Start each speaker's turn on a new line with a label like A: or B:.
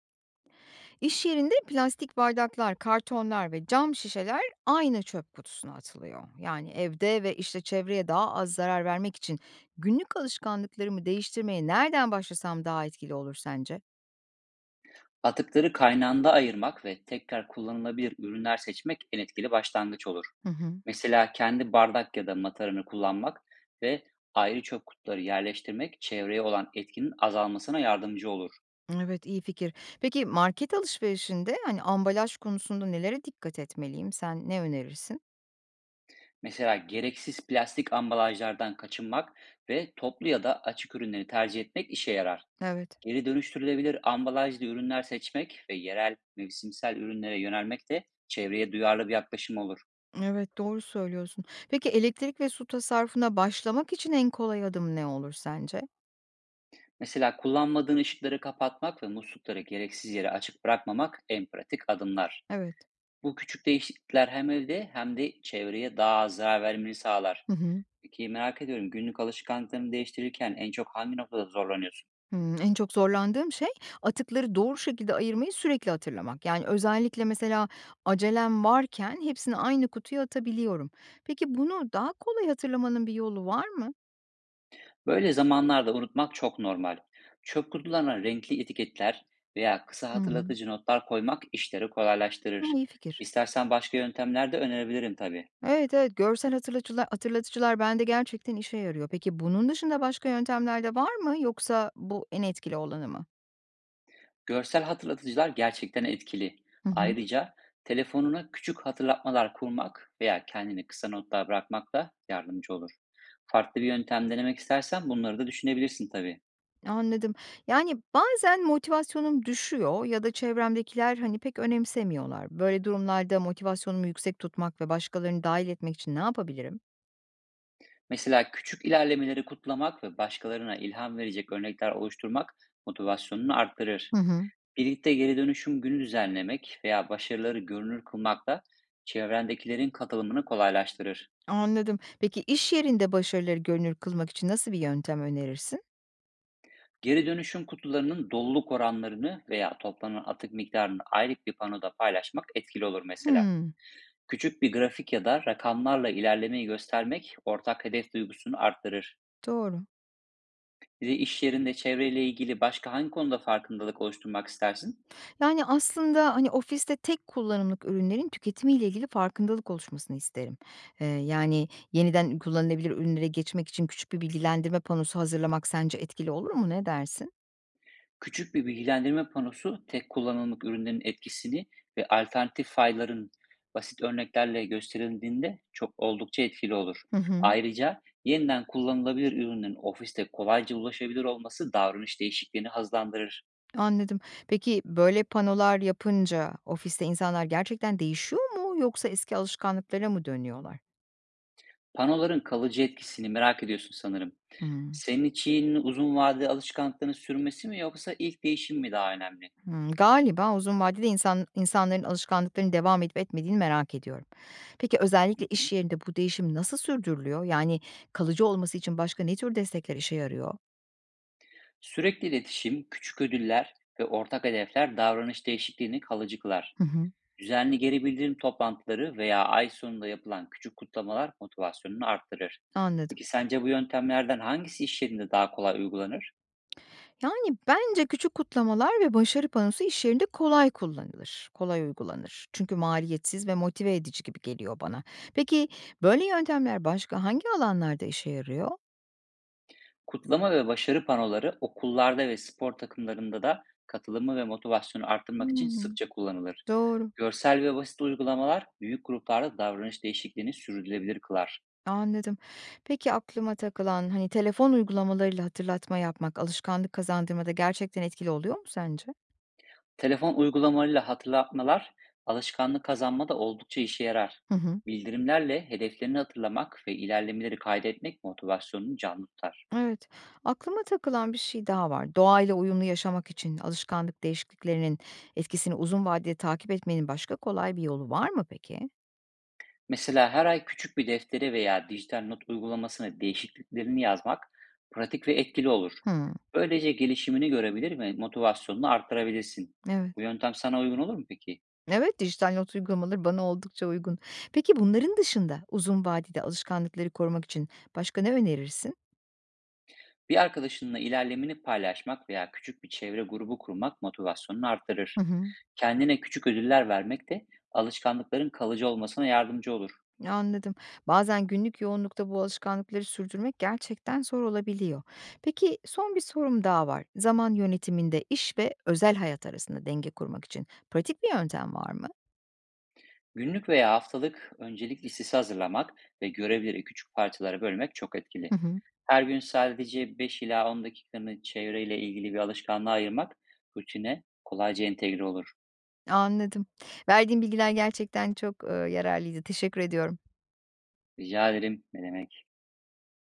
A: İş yerinde plastik bardaklar, kartonlar ve cam şişeler aynı çöp kutusuna atılıyor. Yani evde ve işte çevreye daha az zarar vermek için günlük alışkanlıklarımı değiştirmeye nereden başlasam daha etkili olur sence?
B: Atıkları kaynağında ayırmak ve tekrar kullanılabilir ürünler seçmek en etkili başlangıç olur.
A: Hı hı.
B: Mesela kendi bardak ya da mataranı kullanmak ve ayrı çöp kutuları yerleştirmek çevreye olan etkinin azalmasına yardımcı olur.
A: Evet, iyi fikir. Peki market alışverişinde hani ambalaj konusunda nelere dikkat etmeliyim? Sen ne önerirsin?
B: Mesela gereksiz plastik ambalajlardan kaçınmak ve toplu ya da açık ürünleri tercih etmek işe yarar.
A: Evet.
B: Geri dönüştürülebilir ambalajlı ürünler seçmek ve yerel mevsimsel ürünlere yönelmek de çevreye duyarlı bir yaklaşım olur.
A: Evet, doğru söylüyorsun. Peki elektrik ve su tasarrufuna başlamak için en kolay adım ne olur sence?
B: Mesela kullanmadığın ışıkları kapatmak ve muslukları gereksiz yere açık bırakmamak en pratik adımlar.
A: Evet.
B: Bu küçük değişiklikler hem evde hem de çevreye daha az zarar vermeni sağlar.
A: Hı hı.
B: Peki, merak ediyorum, günlük alışkanlıklarını değiştirirken en çok hangi noktada zorlanıyorsun?
A: Hımm, en çok zorlandığım şey atıkları doğru şekilde ayırmayı sürekli hatırlamak. Yani, özellikle mesela acelem varken hepsini aynı kutuya atabiliyorum. Peki bunu daha kolay hatırlamanın bir yolu var mı?
B: Böyle zamanlarda unutmak çok normal. Çöp kutularına renkli etiketler veya kısa
A: Hımm.
B: hatırlatıcı notlar koymak işleri
A: Hımm,
B: kolaylaştırır.
A: iyi fikir.
B: İstersen başka yöntemler de önerebilirim tabii.
A: Evet, evet, görsel hatırlatıcılar bende gerçekten işe yarıyor. Peki bunun dışında başka yöntemler de var mı, yoksa bu en etkili olanı mı?
B: Görsel hatırlatıcılar gerçekten etkili. Ayrıca telefonuna küçük hatırlatmalar kurmak veya kendine kısa notlar bırakmak da yardımcı olur. Farklı bir yöntem denemek istersen bunları da düşünebilirsin tabii.
A: Anladım. Yani, bazen motivasyonum düşüyor ya da çevremdekiler, hani, pek önemsemiyorlar. Böyle durumlarda motivasyonumu yüksek tutmak ve başkalarını dahil etmek için ne yapabilirim?
B: Mesela küçük ilerlemeleri kutlamak ve başkalarına ilham verecek örnekler oluşturmak motivasyonunu arttırır.
A: Hı hı.
B: Birlikte geri dönüşüm günü düzenlemek veya başarıları görünür kılmak da çevrendekilerin katılımını kolaylaştırır.
A: Anladım. Peki iş yerinde başarıları görünür kılmak için nasıl bir yöntem önerirsin?
B: Geri dönüşüm kutularının doluluk oranlarını veya toplanan atık miktarını aylık bir panoda paylaşmak etkili olur mesela.
A: Hımm,
B: Küçük bir grafik ya da rakamlarla ilerlemeyi göstermek ortak hedef duygusunu arttırır.
A: doğru.
B: Bir de iş yerinde çevreyle ilgili başka hangi konuda farkındalık oluşturmak istersin?
A: Yani, aslında, hani, ofiste tek kullanımlık ürünlerin tüketimiyle ilgili farkındalık oluşmasını isterim. Yani, yeniden kullanılabilir ürünlere geçmek için küçük bir bilgilendirme panosu hazırlamak sence etkili olur mu? Ne dersin?
B: Küçük bir bilgilendirme panosu tek kullanımlık ürünlerin etkisini ve alternatif fayların basit örneklerle gösterildiğinde çok oldukça etkili olur.
A: Hı hı.
B: Ayrıca yeniden kullanılabilir ürünün ofiste kolayca ulaşabilir olması davranış değişikliğini hızlandırır.
A: Anladım. Peki, böyle panolar yapınca ofiste insanlar gerçekten değişiyor mu, yoksa eski alışkanlıklara mı dönüyorlar?
B: Panoların kalıcı etkisini merak ediyorsun sanırım.
A: Hımm.
B: Senin için uzun vadeli alışkanlıkların sürmesi mi yoksa ilk değişim mi daha önemli?
A: Hımm, galiba uzun vadede insanların alışkanlıklarının devam edip etmediğini merak ediyorum. Peki, özellikle iş yerinde bu değişim nasıl sürdürülüyor? Yani kalıcı olması için başka ne tür destekler işe yarıyor?
B: Sürekli iletişim, küçük ödüller ve ortak hedefler davranış değişikliğini kalıcı kılar.
A: Hı hı.
B: Düzenli geri bildirim toplantıları veya ay sonunda yapılan küçük kutlamalar motivasyonunu arttırır.
A: Anladım.
B: Peki sence bu yöntemlerden hangisi iş yerinde daha kolay uygulanır?
A: Yani, bence küçük kutlamalar ve başarı panosu iş yerinde kolay kullanılır, kolay uygulanır. Çünkü maliyetsiz ve motive edici gibi geliyor bana. Peki, böyle yöntemler başka hangi alanlarda işe yarıyor?
B: Kutlama ve başarı panoları okullarda ve spor takımlarında da katılımı ve motivasyonu arttırmak için
A: Hımm,
B: sıkça kullanılır.
A: doğru,
B: Görsel ve basit uygulamalar büyük gruplarda davranış değişikliğini sürdürülebilir kılar.
A: anladım. Peki, aklıma takılan, hani, telefon uygulamalarıyla hatırlatma yapmak alışkanlık kazandırmada gerçekten etkili oluyor mu sence?
B: Telefon uygulamalarıyla hatırlatmalar alışkanlık kazanmada oldukça işe yarar.
A: Hı hı.
B: Bildirimlerle hedeflerini hatırlamak ve ilerlemeleri kaydetmek motivasyonunu canlı tutar.
A: Evet, aklıma takılan bir şey daha var. Doğayla uyumlu yaşamak için alışkanlık değişikliklerinin etkisini uzun vadede takip etmenin başka kolay bir yolu var mı peki?
B: Mesela her ay küçük bir deftere veya dijital not uygulamasına değişikliklerini yazmak pratik ve etkili olur.
A: Hımm,
B: Böylece gelişimini görebilir ve motivasyonunu arttırabilirsin.
A: evet.
B: Bu yöntem sana uygun olur mu peki?
A: Evet, dijital not uygulamaları bana oldukça uygun. Peki bunların dışında uzun vadede alışkanlıkları korumak için başka ne önerirsin?
B: Bir arkadaşınla ilerlemeni paylaşmak veya küçük bir çevre grubu kurmak motivasyonunu artırır.
A: Hı hı.
B: Kendine küçük ödüller vermek de alışkanlıkların kalıcı olmasına yardımcı olur.
A: Anladım. Bazen günlük yoğunlukta bu alışkanlıkları sürdürmek gerçekten zor olabiliyor. Peki son bir sorum daha var. Zaman yönetiminde iş ve özel hayat arasında denge kurmak için pratik bir yöntem var mı?
B: Günlük veya haftalık öncelik listesi hazırlamak ve görevleri küçük parçalara bölmek çok etkili.
A: Hı hı.
B: Her gün sadece 5 ila 10 dakikanı çevreyle ilgili bir alışkanlığa ayırmak rutine kolayca entegre olur.
A: Anladım. Verdiğin bilgiler gerçekten çok yararlıydı. Teşekkür ediyorum.
B: Rica ederim. Ne demek?